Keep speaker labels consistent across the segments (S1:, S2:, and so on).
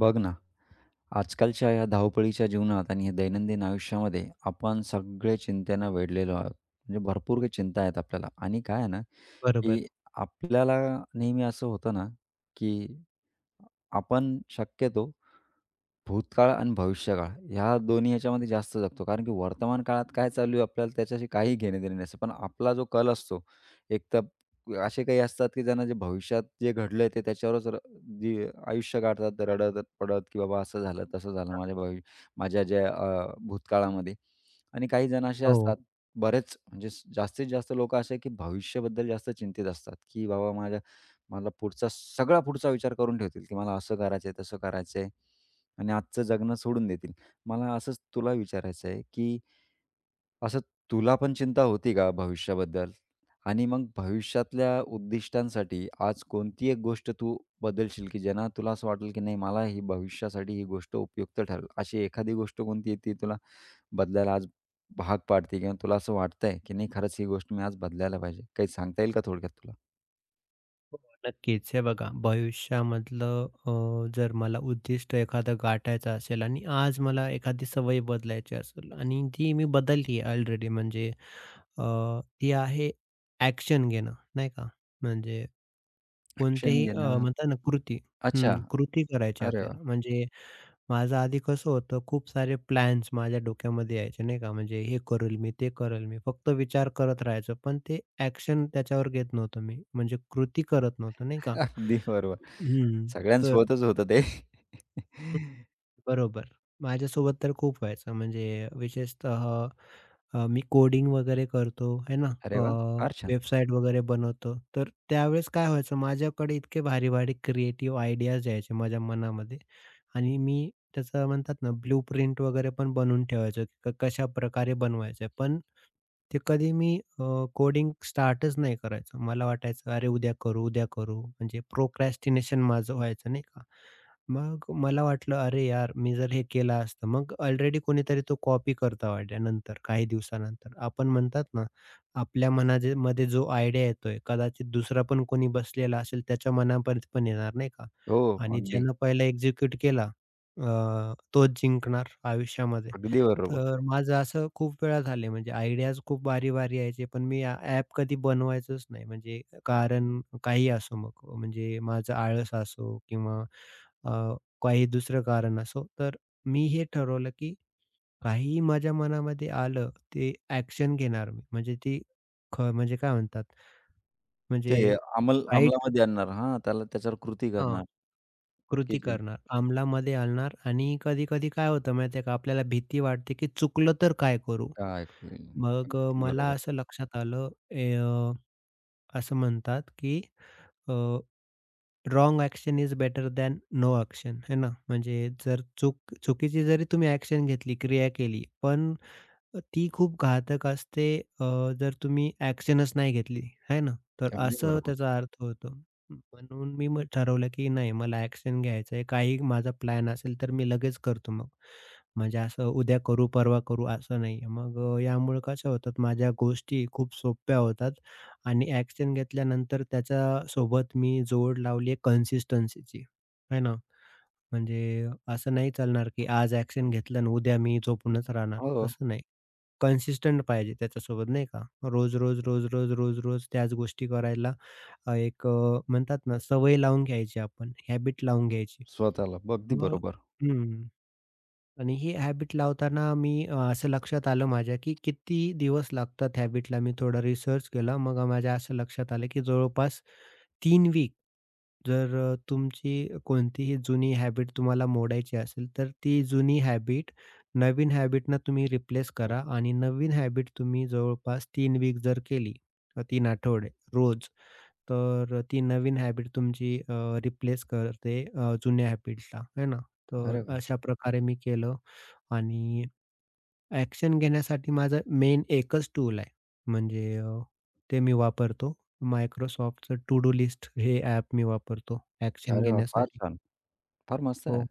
S1: बघ ना, आजकालच्या या धावपळीच्या जीवनात आणि हे दैनंदिन आयुष्यामध्ये आपण सगळे चिंतेनं वेढलेलो आहोत. म्हणजे भरपूर काही चिंता आहेत आपल्याला आणि काय आहे ना,
S2: बरोबर.
S1: की आपल्याला नेहमी असं होतं ना, की आपण शक्यतो भूतकाळ आणि भविष्यकाळ ह्या दोन्ही ह्याच्यामध्ये जास्त जगतो. कारण की वर्तमान काळात काय चालू आहे आपल्याला त्याच्याशी काही घेणं-देणं नसतं. पण आपला जो कल असतो, एक तर असे काही असतात की ज्यांना जे भविष्यात जे घडलंय ते त्याच्यावरच जी आयुष्य काढतात रडत-पडत की बाबा असं झालं, तसं झालं माझ्या माझ्या ज्या भूतकाळामध्ये. आणि काही जण असे
S2: हो,
S1: असतात बरेच म्हणजे जास्तीत जास्त लोकं असे की भविष्याबद्दल जास्त चिंतित असतात की बाबा मला पुढचा विचार करून ठेवतील की मला असं करायचंय, तसं करायचंय. आणि आजचं जगणं सोडून देतील. मला असंच तुला विचारायचं आहे, की असं तुला पण चिंता होती का भविष्याबद्दल? आणि मग भविष्यातल्या उद्दिष्टांसाठी आज कोणती एक गोष्ट तू बदलशील, की ज्यांना तुला असं वाटेल, की नाही मला ही भविष्यासाठी ही गोष्ट उपयुक्त ठरेल? अशी एखादी गोष्ट कोणती आहे ती तुला बदलायला आज भाग पाडते किंवा तुला असं वाटतंय, की नाही खरंच ही गोष्ट मी आज बदलायला पाहिजे? काही सांगता येईल का थोडक्यात तुला?
S2: हो, नक्कीच. हे बघा भविष्यामधलं जर मला उद्दिष्ट एखादं गाठायचं असेल आणि आज मला एखादी सवय बदलायची असेल आणि ती मी बदलली आहे ऑलरेडी म्हणजे ती आहे ॲक्शन घेणं, नाही का? म्हणजे
S1: ॲक्शन
S2: कोणतेही
S1: घेणं.
S2: म्हणतात ना कृती.
S1: अच्छा.
S2: हं, कृती करायची
S1: अरे वाह!
S2: आपल्याला. म्हणजे माझं आधी कसं होतं, खूप सारे प्लॅन्स माझ्या डोक्यामध्ये यायचे नाही का, म्हणजे हे करेल मी, ते करेल मी. फक्त विचार करत राहायचो, पण ते ॲक्शन त्याच्यावर घेत नव्हतो मी. म्हणजे कृती करत नव्हतो नाही का.
S1: अगदी बरोबर.
S2: हं, तर
S1: सगळ्यांसोबतच होतं ते.
S2: बरोबर. माझ्यासोबत तर खूप व्हायचं. म्हणजे विशेषतः मी कोडिंग वगैरे करतो, है ना?
S1: अरे
S2: अ,
S1: वाह! फार छान.
S2: वेबसाईट वगैरे बनवतो. तर त्यावेळेस काय व्हायचं, माझ्याकडे इतके भारी-भारी क्रिएटिव्ह आयडियाज यायचे माझ्या मनामध्ये आणि मी त्याचं म्हणतात ना, ब्लू प्रिंट वगैरे पण बनवून ठेवायचो, की कशाप्रकारे बनवायचं. पण ते कधी मी अ, कोडिंग स्टार्टच नाही करायचो. मला वाटायचं, "अरे, उद्या करू, उद्या करू." म्हणजे प्रोक्रॅस्टिनेशन माझं व्हायचं, नाही का? मग मला वाटलं, "अरे यार, मी जर हे केलं असतं." मग ऑलरेडी कोणीतरी तो कॉपी करता आयडिया नंतर काही दिवसानंतर. आपण म्हणतात ना, आपल्या मध्ये जो आयडिया येतोय, कदाचित दुसरा पण कोणी बसलेला असेल, त्याच्या मनापर्यंत पण येणार नाही का?
S1: हो,
S2: आणि
S1: अगदी,
S2: ज्यानं पहिला एक्झिक्यूट केला, अ, तोच जिंकणार आयुष्यामध्ये.
S1: अगदी बरोबर.
S2: तर माझं असं खूप वेळा झाले. म्हणजे आयडियाज खूप भारी-भारी यायचे, पण मी ॲप कधी बनवायचंच नाही. म्हणजे कारण काही असो, मग म्हणजे माझं आळस असो किंवा अ, काही दुसरं कारण असो. तर मी हे ठरवलं, की काहीही माझ्या मनामध्ये आलं, ते ॲक्शन घेणार मी. म्हणजे ती म्हणजे काय म्हणतात,
S1: ते
S2: म्हणजे राईट.
S1: अंमलामध्ये आणणार. हां, त्याच्यावर कृती
S2: हं,
S1: करणार, की
S2: कृती
S1: जे
S2: करणार. अंमलामध्ये आणणार. आणि कधी-कधी काय होतं माहिती आहे का, आपल्याला भीती वाटते, की चुकलं तर काय करू?
S1: काय होईल.
S2: मग
S1: अगदी
S2: मला
S1: बरोबर,
S2: असं लक्षात आलं, असं म्हणतात, की a wrong action is better than no action, है ना? म्हणजे जर चुकीची जरी तुम्ही ॲक्शन घेतली, क्रिया केली, पण ती खूप घातक असते अ, जर तुम्ही ॲक्शनच नाही घेतली, है ना? तर
S1: अगदी
S2: असं
S1: बरोबर.
S2: त्याचा अर्थ होतो. म्हणून मी मग ठरवलं, की नाही, मला ॲक्शन घ्यायचं आहे. काही माझा प्लॅन असेल तर मी लगेच करतो मग. म्हणजे असं उद्या करू, परवा करू असं नाही आहे. मग यामुळे कशा होतात माझ्या गोष्टी, खूप सोप्या होतात. आणि ॲक्शन घेतल्यानंतर त्याच्यासोबत मी जोड लावली कन्सिस्टन्सीची, आहे ना? म्हणजे असं नाही चालणार, की आज ॲक्शन घेतलं आणि उद्या मी झोपूनच राहणार,
S1: हो,
S2: तसं नाही. कन्सिस्टंट पाहिजे त्याच्यासोबत नाही का. रोज-रोज, रोज-रोज, रोज-रोज त्याच गोष्टी करायला एक म्हणतात ना सवय लावून घ्यायची आपण, हॅबिट लावून घ्यायची.
S1: स्वतःला. अगदी
S2: मग
S1: बरोबर.
S2: हं. आणि ही हॅबिट लावताना मी असं लक्षात आलं माझ्या, की किती दिवस लागतात हॅबिटला. मी थोडा रिसर्च केला. मग माझ्या असं लक्षात आलं, की जवळपास 3 वीक जर तुमची कोणतीही जुनी हॅबिट तुम्हाला मोडायची असेल, तर ती जुनी हॅबिट नवीन हॅबिटनं तुम्ही रिप्लेस करा आणि नवीन हॅबिट तुम्ही जवळपास 3 वीक जर केली, 3 आठवडे रोज, तर ती नवीन हॅबिट तुमची रिप्लेस करते जुन्या हॅबिटला, है ना?
S1: अरे
S2: तर
S1: वाह!
S2: अशा प्रकारे मी केलं. आणि ॲक्शन घेण्यासाठी माझं मेन एकच टूल आहे. म्हणजे ते मी वापरतो. Microsoftचं टू डू लिस्ट हे ॲप मी वापरतो ॲक्शन
S1: अरे वाह! फार
S2: घेण्यासाठी.
S1: छान. फार मस्त आहे.
S2: हो.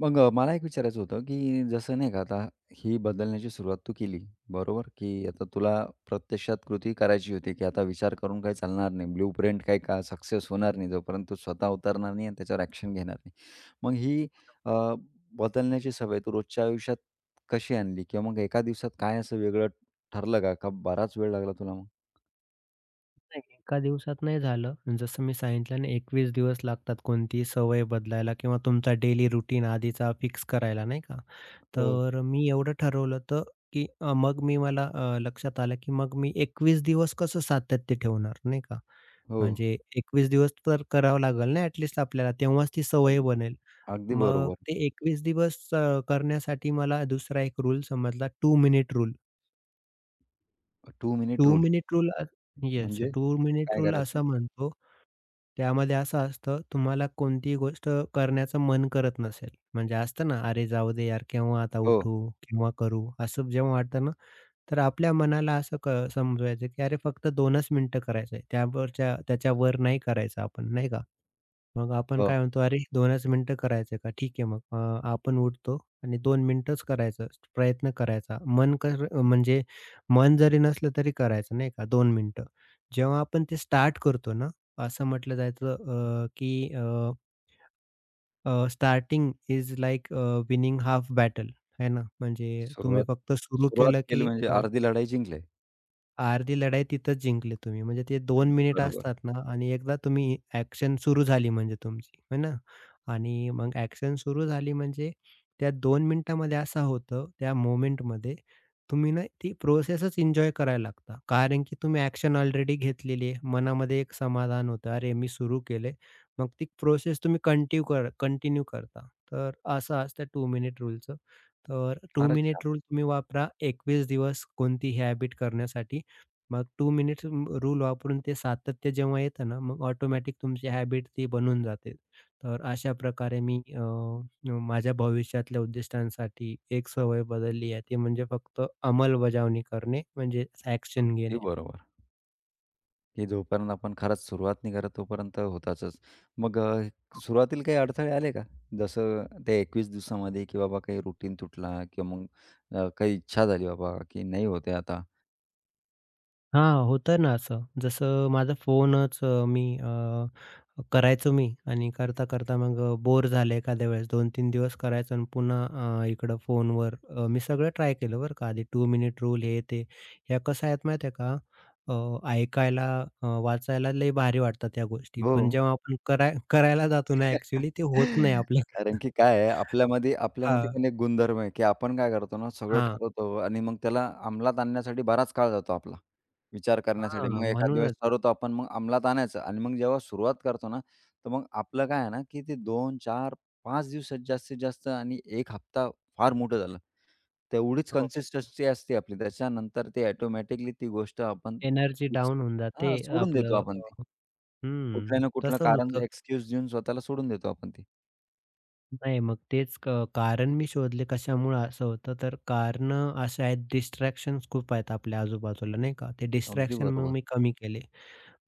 S1: मग मला एक विचारायचं होतं, की जसं नाही का आता ही बदलण्याची सुरुवात तू केली, बरोबर? की आता तुला प्रत्यक्षात कृती करायची होती, की आता विचार करून काही चालणार नाही. ब्लू प्रिंट काही का सक्सेस होणार नाही, जोपर्यंत तू स्वतः उतरणार नाही आणि त्याच्यावर ॲक्शन घेणार नाही. मग ही अ, बदलण्याची सवय तू रोजच्या आयुष्यात कशी आणली? किंवा मग एका दिवसात काय असं वेगळं ठरलं का? का बराच वेळ लागला तुला मग?
S2: नाही, एका दिवसात नाही झालं. जसं मी सांगितलं ना, 21 दिवस लागतात कोणतीही सवय बदलायला किंवा तुमचा डेली रूटीन आधीचा फिक्स करायला नाही का?
S1: हो.
S2: तर मी एवढं ठरवलं होतं, की मग मला लक्षात आलं, की मग मी 21 दिवस कसं सातत्य ठेवणार, नाही का?
S1: हो.
S2: म्हणजे 21 दिवस तर करावं लागेल ना ॲट लिस्ट आपल्याला, तेव्हाच ती
S1: अग
S2: सवय बनेल.
S1: अगदी
S2: मग
S1: बरोबर.
S2: ते 21 दिवस करण्यासाठी मला दुसरा एक रूल समजला, 2 minute rule.
S1: Two minute
S2: 2
S1: rule
S2: minute rule yes,
S1: म्हणजे
S2: 2 मिनिट
S1: काय
S2: रूल
S1: करायचं?
S2: असं म्हणतो, त्यामध्ये असं असतं, तुम्हाला कोणतीही गोष्ट करण्याचं मन करत नसेल, म्हणजे असतं ना, "अरे, जाऊ दे यार, केव्हा आता
S1: हो,
S2: उठू, केव्हा करू?" असं जेव्हा वाटतं ना, तर आपल्या मनाला असं समजवायचं, की अरे फक्त 2च मिनिटं करायचंय. त्याच्यावर नाही करायचं आपण, नाही का? मग आपण
S1: हो.
S2: काय म्हणतो, "अरे 2च मिनिटं करायचंय का? ठीक आहे मग." आपण उठतो आणि 2 मिनिटंच करायचं, प्रयत्न करायचा. मन कर म्हणजे मन जरी नसलं तरी करायचं, नाही का? 2 मिनिटं. जेव्हा आपण ते स्टार्ट करतो ना, असं म्हटलं जायचं की "starting is like winning half battle." आहे ना? म्हणजे तुम्ही
S1: सुरुवात
S2: फक्त सुरू
S1: सुरुवात
S2: केलं
S1: केली
S2: की
S1: म्हणजे अर्धी लढाई जिंकली.
S2: अर्धी लढाई तिथंच जिंकली तुम्ही. म्हणजे ते 2
S1: अगदी
S2: मिनिट
S1: बरोबर.
S2: असतात ना, आणि एकदा तुम्ही ॲक्शन सुरू झाली म्हणजे तुमची, है ना? आणि मग ॲक्शन सुरू झाली म्हणजे त्या 2 मिनिटामध्ये असं होतं, त्या मोमेंटमध्ये तुम्ही ना ती प्रोसेसच एन्जॉय करायला लागता. कारण की तुम्ही ॲक्शन ऑलरेडी घेतलेली आहे. मनामध्ये एक समाधान होतं, "अरे, मी सुरू केलंय." मग ती प्रोसेस तुम्ही कंटिन्यू करता. तर असं असतं 2 मिनिट रूलचं. तर 2
S1: फारच छान.
S2: मिनिट रूल तुम्ही वापरा 21 दिवस कोणती हॅबिट करण्यासाठी. मग टू मिनिट्स रूल वापरून ते सातत्य जेव्हा येतं ना, मग ऑटोमॅटिक तुमची हॅबिट ती बनून जाते. तर अशा प्रकारे मी माझ्या भविष्यातल्या उद्दिष्टांसाठी एक सवय बदलली आहे. ती म्हणजे फक्त अंमलबजावणी करणे, म्हणजेच ॲक्शन
S1: अगदी
S2: घेणे.
S1: बरोबर, की जोपर्यंत आपण खरंच सुरुवात नाही करत तोपर्यंत होताचच. मग सुरुवातीला काही अडथळे आले का? जसं ते 21 दिवसामध्ये की बाबा काही रुटीन तुटला किंवा मग काही इच्छा झाली बाबा की नाही होत आता?
S2: हां, होतं ना असं. जसं माझा फोनच मी करायचो मी आणि करता-करता मग बोर झालं एखाद्या वेळेस. दोन तीन दिवस करायचो आणि पुन्हा इकडं फोनवर मी सगळं ट्राय केलं बरं का. आधी टू मिनिट रूल हे ते. ह्या कसं आहेत माहिती आहे का, ऐकायला, वाचायला लई भारी वाटतात या गोष्टी.
S1: हो.
S2: पण जेव्हा आपण करायला जातो ना ॲक्चुअली, ते होत नाही आपल्याकडनं.
S1: कारण की काय आहे आपल्यामध्ये आपल्यामध्ये
S2: हां,
S1: पण एक गुणधर्म आहे, की आपण काय करतो ना सगळं
S2: हां,
S1: ठरवतो आणि मग त्याला अंमलात आणण्यासाठी बराच काळ जातो आपला. विचार करण्यासाठी.
S2: हां.
S1: मग एखाद्या वेळेस
S2: म्हणूनच.
S1: ठरवतो आपण मग अंमलात आणायचं आणि मग जेव्हा सुरुवात करतो ना, तर मग आपलं काय आहे ना, की ते 2, 4, 5 दिवसात जास्तीत जास्त आणि 1 हप्ता फार मोठं झालं. तेवढीच
S2: हो,
S1: कन्सिस्टन्सी असते आपली. त्याच्यानंतर ते ऑटोमॅटिकली ती गोष्ट आपण
S2: एनर्जी डाउन होऊन जाते
S1: हां, सोडून देतो
S2: आपलं.
S1: आपण ती.
S2: हं,
S1: कुठल्या ना कुठलं
S2: तसं
S1: कारण
S2: होतं.
S1: एक्सक्यूज देऊन स्वतःला सोडून देतो आपण ती.
S2: नाही, मग तेच कारण मी शोधले कशामुळं असं होतं, तर कारणं अशी आहेत, डिस्ट्रॅक्शन्स खूप आहेत आपल्या आजूबाजूला नाही का. ते
S1: अगदी
S2: डिस्ट्रॅक्शन मग
S1: बरोबर.
S2: मी कमी केले.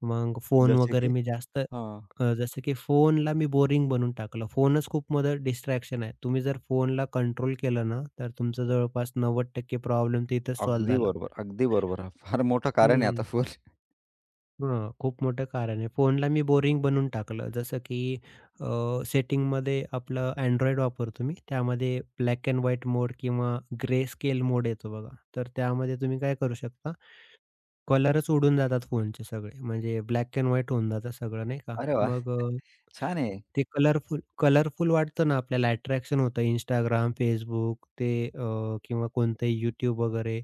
S2: मग फोन
S1: जसे
S2: वगैरे
S1: की
S2: मी जास्त
S1: हां.
S2: जसं की फोनला मी बोरिंग बनवून टाकलं. फोनच खूप मोठं डिस्ट्रॅक्शन आहे. तुम्ही जर फोनला कंट्रोल केलं ना, तर तुमचा जवळपास 90% प्रॉब्लेम तिथेच सॉल्व्ह
S1: अगदी
S2: झाला.
S1: बरोबर, अगदी बरोबर. हां, फार मोठं कारण आहे
S2: हं.
S1: आता फुल.
S2: हां, खूप मोठं कारण आहे. फोनला मी बोरिंग बनवून टाकलं. जसं की अ, सेटिंगमध्ये आपलं Android वापरतो मी. त्यामध्ये ब्लॅक एंड व्हाईट मोड किंवा ग्रे स्केल मोड येतो बघा. तर त्यामध्ये तुम्ही काय करू शकता, कलरच उडून जातात फोनचे सगळे. म्हणजे ब्लॅक एंड व्हाईट होऊन जातं सगळं नाही का.
S1: अरे वाह!
S2: मग
S1: छान आहे.
S2: ते कलरफुल कलरफुल वाटतं ना, आपल्याला अट्रॅक्शन होतं Instagram, Facebook ते किंवा कोणतंही YouTube वगैरे.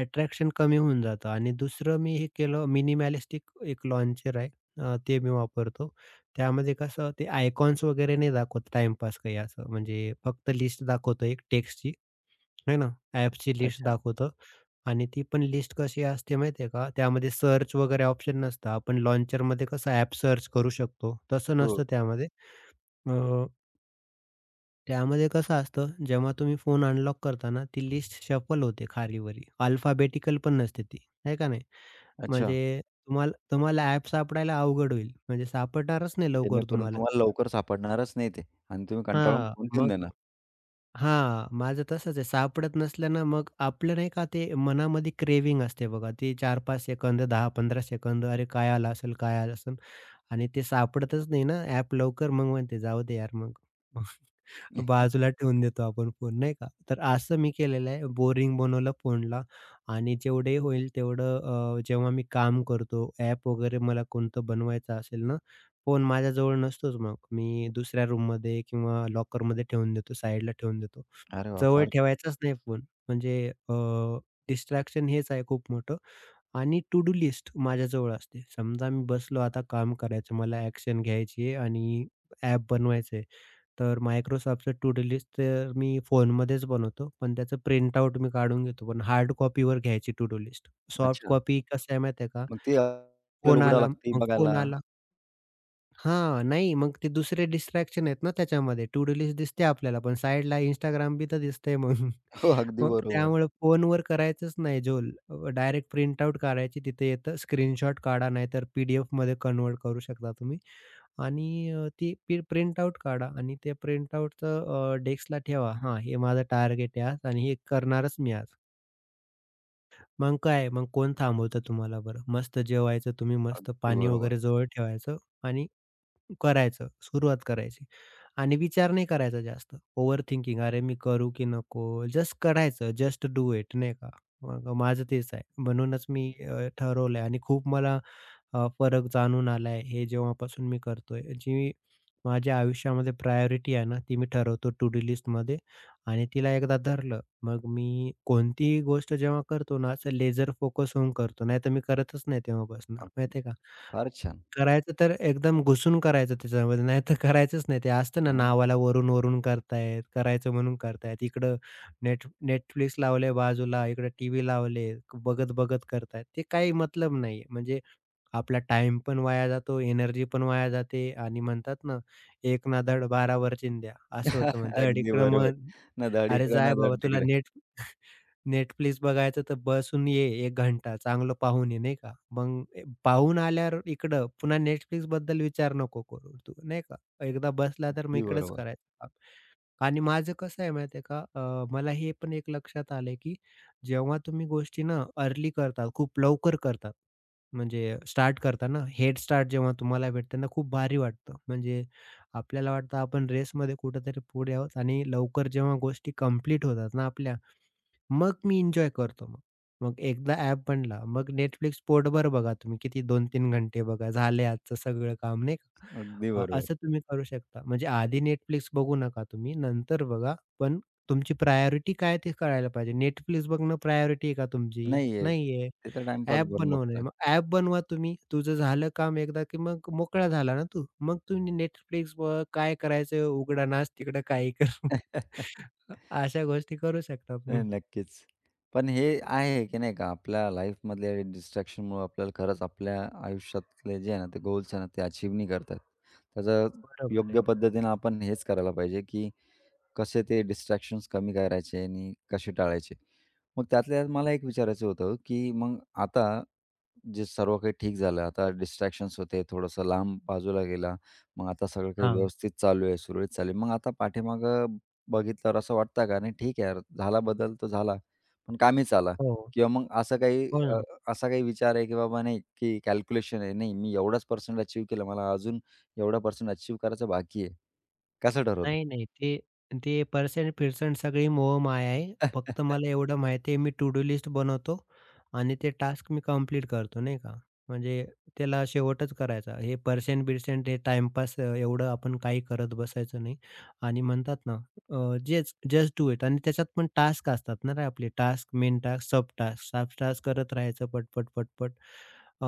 S2: अट्रॅक्शन कमी होऊन जातं. आणि दुसरं मी हे केलं, मिनिमॅलिस्टिक एक लॉन्चर आहे. ते मी वापरतो. त्यामध्ये कसं, ते आयकॉन्स वगैरे नाही दाखवत टाईमपास काही असं. म्हणजे फक्त लिस्ट दाखवतं एक टेक्स्टची, आहे ना, ॲप्सची लिस्ट
S1: अच्छा.
S2: दाखवतं. आणि ती पण लिस्ट कशी असते माहिती आहे का? त्यामध्ये सर्च वगैरे ऑप्शन नसतं. आपण लॉन्चरमध्ये कसं ॲप सर्च करू शकतो, तसं
S1: हो.
S2: नसतं त्यामध्ये. अ, त्यामध्ये कसं असतं, जेव्हा तुम्ही फोन अनलॉक करता, ती लिस्ट शफल होते खालीवरी. अल्फाबेटिकल पण नसते ती, आहे का नाही?
S1: अच्छा.
S2: म्हणजे तुम्हाला तुम्हाला ॲप सापडायला अवघड होईल. म्हणजे सापडणारच नाही लवकर
S1: जेणेकरून
S2: तुम्हाला ते.
S1: तुम्हाला लवकर सापडणारच नाही ते आणि तुम्ही कंटाळून
S2: हां,
S1: फोन ठेवून
S2: मग
S1: देणार.
S2: हां, माझं तसंच आहे. सापडत नसल्यानं मग आपलं नाही का, ते मनामध्ये क्रेव्हिंग असते बघा, ती 4-5 सेकंद, 10-15 सेकंद, अरे काय आलं असेल, काय आलं असेल? आणि ते सापडतच नाही ना ॲप लवकर, मग म्हणते जाऊ दे यार मग. बाजूला ठेवून देतो आपण फोन नाही का? तर असं मी केलेलं आहे. बोरिंग बनवलं फोनला आणि जेवढे होईल तेवढं जेव्हा मी काम करतो, ॲप वगैरे मला कोणतं बनवायचं असेल ना, फोन माझ्याजवळ नसतोच मग. मी दुसऱ्या रूममध्ये किंवा लॉकरमध्ये ठेवून देतो, साईडला ठेवून देतो.
S1: अरे वाह!
S2: जवळ
S1: फार
S2: ठेवायचाच नाही फोन. म्हणजे डिस्ट्रॅक्शन हेच आहे खूप मोठं. आणि टू डू लिस्ट माझ्याजवळ असते. समजा मी बसलो आता काम करायचं, मला ॲक्शन घ्यायची आहे आणि ॲप बनवायचं आहे. तर Microsoftचं टू डू लिस्ट तर मी फोनमध्येच बनवतो, पण त्याचं प्रिंटआउट मी काढून घेतो. पण हार्ड कॉपीवर घ्यायची टू डू लिस्ट. सॉफ्ट
S1: अच्छा.
S2: कॉपी कसं आहे माहिती आहे का?
S1: मग ती आपल्याला उघडावं लागते बघायला.
S2: फोन आला. हां, नाही, मग ते दुसरे डिस्ट्रॅक्शन आहेत ना त्याच्यामध्ये. टू डू लिस्ट दिसते आपल्याला, पण साइडला Instagram बी तर दिसतंय मग.
S1: हो, अगदी
S2: मग
S1: बरोबर,
S2: त्यामुळे फोनवर करायचंच नाही झोल. डायरेक्ट प्रिंट आउट काढायची. तिथे येतं स्क्रीनशॉट काढा, नाहीतर पी-डी-एफमध्ये कन्व्हर्ट करू शकता तुम्ही. आणि ती प्रिंट आउट काढा आणि ते प्रिंट आउटचं डेस्कला ठेवा. हां, हे माझं टार्गेट आहे आज आणि हे करणारच मी आज. मग काय, मग कोण थांबवतं तुम्हाला बरं? मस्त जेवायचं तुम्ही, मस्त
S1: अगदी
S2: पाणी
S1: बरोबर.
S2: वगैरे जवळ ठेवायचं आणि करायचं, सुरुवात करायची. आणि विचार नाही करायचा जास्त. ओव्हर थिंकिंग, अरे मी करू की नको? जस्ट करायचं. जस्ट डू इट नाही का? मग माझं तेच आहे. म्हणूनच मी ठरवलंय आणि खूप मला फरक जाणून आलाय हे जेव्हापासून मी करतोय. जी माझ्या आयुष्यामध्ये प्रायोरिटी आहे ना, ती मी ठरवतो टू डू लिस्टमध्ये आणि तिला एकदा धरलं, मग मी कोणतीही गोष्ट जेव्हा करतो ना, असं लेजर फोकस होऊन करतो. नाहीतर मी करतच नाही तेव्हापासून.
S1: अ,
S2: माहिती का?
S1: फार छान.
S2: करायचं तर एकदम घुसून करायचं त्याच्यामध्ये, नाहीतर करायचंच नाही. ते असतं ना,
S1: हां.
S2: नावाला वरून-वरून करतायत, करायचं म्हणून करतायत. इकडं Netflix लावले बाजूला, इकडे टीव्ही लावले, बघत-बघत करतायत. ते काही मतलब नाहीये. म्हणजे आपला टाइम पण वाया जातो, एनर्जी पण वाया जाते आणि म्हणतात ना, "एक ना धड 12 वर चिंध्या" असं होतं. मग धड
S1: अगदी
S2: इकडं
S1: बरोबर.
S2: मन,
S1: ना धड
S2: "अरे,
S1: इकडे,
S2: जा
S1: ना
S2: बाबा
S1: धड
S2: तुला
S1: तिकडे.
S2: Netflix बघायचं तर बसून ये एक घंटा चांगलं पाहून ये," नाही का. मग पाहून आल्यावर इकडं पुन्हा Netflixबद्दल विचार नको करू तू, नाही का. एकदा बसला तर मग
S1: अगदी
S2: इकडंच
S1: बरोबर,
S2: करायचं. आणि माझं कसं आहे माहिती आहे का? मला हे पण एक लक्षात आलंय, की जेव्हा तुम्ही गोष्टी ना अर्ली करता, खूप लवकर करता, म्हणजे स्टार्ट करता ना, हेड स्टार्ट जेव्हा तुम्हाला भेटते ना, खूप भारी वाटतं. म्हणजे आपल्याला वाटतं आपण रेसमध्ये कुठेतरी पुढे आहोत आणि लवकर जेव्हा गोष्टी कंप्लीट होतात ना आपल्या, मग मी एन्जॉय करतो मग. मग एकदा ॲप बनला, मग Netflix पोटभर बघा तुम्ही, किती 2-3 घंटे बघा, झाले आजचं सगळं काम नाही का?
S1: अगदी बरोबर.
S2: असं तुम्ही करू शकता. म्हणजे आधी Netflix बघू नका तुम्ही, नंतर बघा. पण तुमची प्रायोरिटी काय ते कळायला पाहिजे. Netflix बघणं प्रायोरिटी आहे का तुमची?
S1: नाही आहे.
S2: नाहीये.
S1: ते तर टाईमपास
S2: ॲप
S1: बनून
S2: बनवणं आहे.
S1: बघतं.
S2: मग ॲप बनवा तुम्ही. तुझं झालं काम एकदा, की मग मोकळा झाला ना तू. मग तुम्ही Netflix बघ, काय करायचं उघडा नाच तिकडं, काही कर. अशा गोष्टी करू शकता
S1: नाही,
S2: तुम्ही.
S1: नक्कीच. पण हे आहे की नाही का आपल्या लाईफमधल्या डिस्ट्रॅक्शनमुळं आपल्याला खरंच आपल्या आयुष्यातले जे आहे ना, ते गोल्स आहे ना, ते अचीव्ह नाही करतात. त्याचं
S2: बरोबर आहे.
S1: योग्य पद्धतीनं आपण हेच करायला पाहिजे की कसे ते डिस्ट्रॅक्शन्स कमी करायचे आणि कसे टाळायचे. मग त्यातल्या त्यात मला एक विचारायचं होतं की मग आता जे सर्व काही ठीक झालं, आता डिस्ट्रॅक्शन्स होते, थोडंसं लांब बाजूला गेला. मग आता सगळं काही
S2: हां.
S1: व्यवस्थित चालू आहे, सुरळीत चालू आहे. मग आता पाठीमागं बघितल्यावर असं वाटतं का? नाही ठीक आहे यार, झाला बदल तो झाला, पण कामीच आला
S2: हो.
S1: किंवा मग असं काही
S2: हो
S1: अ,
S2: ना.
S1: असा काही विचार आहे की बाबा नाही, की कॅल्क्युलेशन आहे. नाही, मी एवढाच पर्सेंट अचीव्ह केलं. मला अजून एवढा पर्सेंट अचीव्ह करायचं बाकी आहे. कसं ठरवतो?
S2: नाही, नाही. ते ते पर्सेंट-फिर्सेंट सगळी मोहमाया आहे. फक्त मला एवढं माहिती आहे, मी टू डू लिस्ट बनवतो आणि ते टास्क मी कंप्लीट करतो, नाही का. म्हणजे त्याला शेवटच करायचा. हे पर्सेंट-बिर्सेंट हे टाईमपास एवढं आपण काही करत बसायचं नाही. आणि म्हणतात ना, जेच जस्ट जस्ट डू इट. आणि त्याच्यात पण टास्क असतात ना रे, आपले task, main task, sub task, sub task करत राहायचं पटपट, पटपट. अ,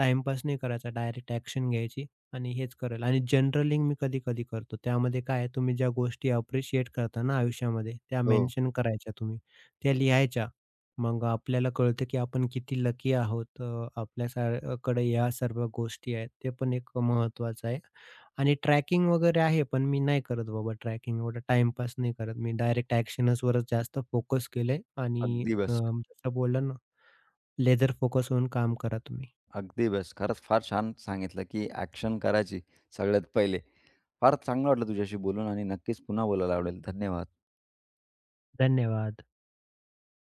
S2: नाही करायचा, डायरेक्ट ॲक्शन घ्यायची. आणि हेच करेल. आणि जनरलिंग मी कधी-कधी करतो. त्यामध्ये काय आहे, तुम्ही ज्या गोष्टी अप्रिशिएट करता ना आयुष्यामध्ये, त्या
S1: हो,
S2: मेन्शन करायच्या तुम्ही. त्या लिहायच्या. मग आपल्याला कळतं की आपण किती लकी आहोत. या सर्व गोष्टी आहेत. ते पण एक महत्त्वाचं आहे. आणि ट्रॅकिंग वगैरे आहे, पण मी नाही करत बाबा ट्रॅकिंग. एवढा टाईमपास नाही करत. मी डायरेक्ट ॲक्शन्सवरच जास्त फोकस केलंय आणि
S1: अगदी बेस्ट.
S2: जसं बोललं ना, लेझर फोकस होऊन काम करा तुम्ही.
S1: अगदी बेस्ट. खरंच फार छान सांगितलं, की ॲक्शन करायची सगळ्यात पहिले. फार चांगलं वाटलं तुझ्याशी बोलून आणि नक्कीच पुन्हा बोलायला आवडेल. धन्यवाद.
S2: धन्यवाद.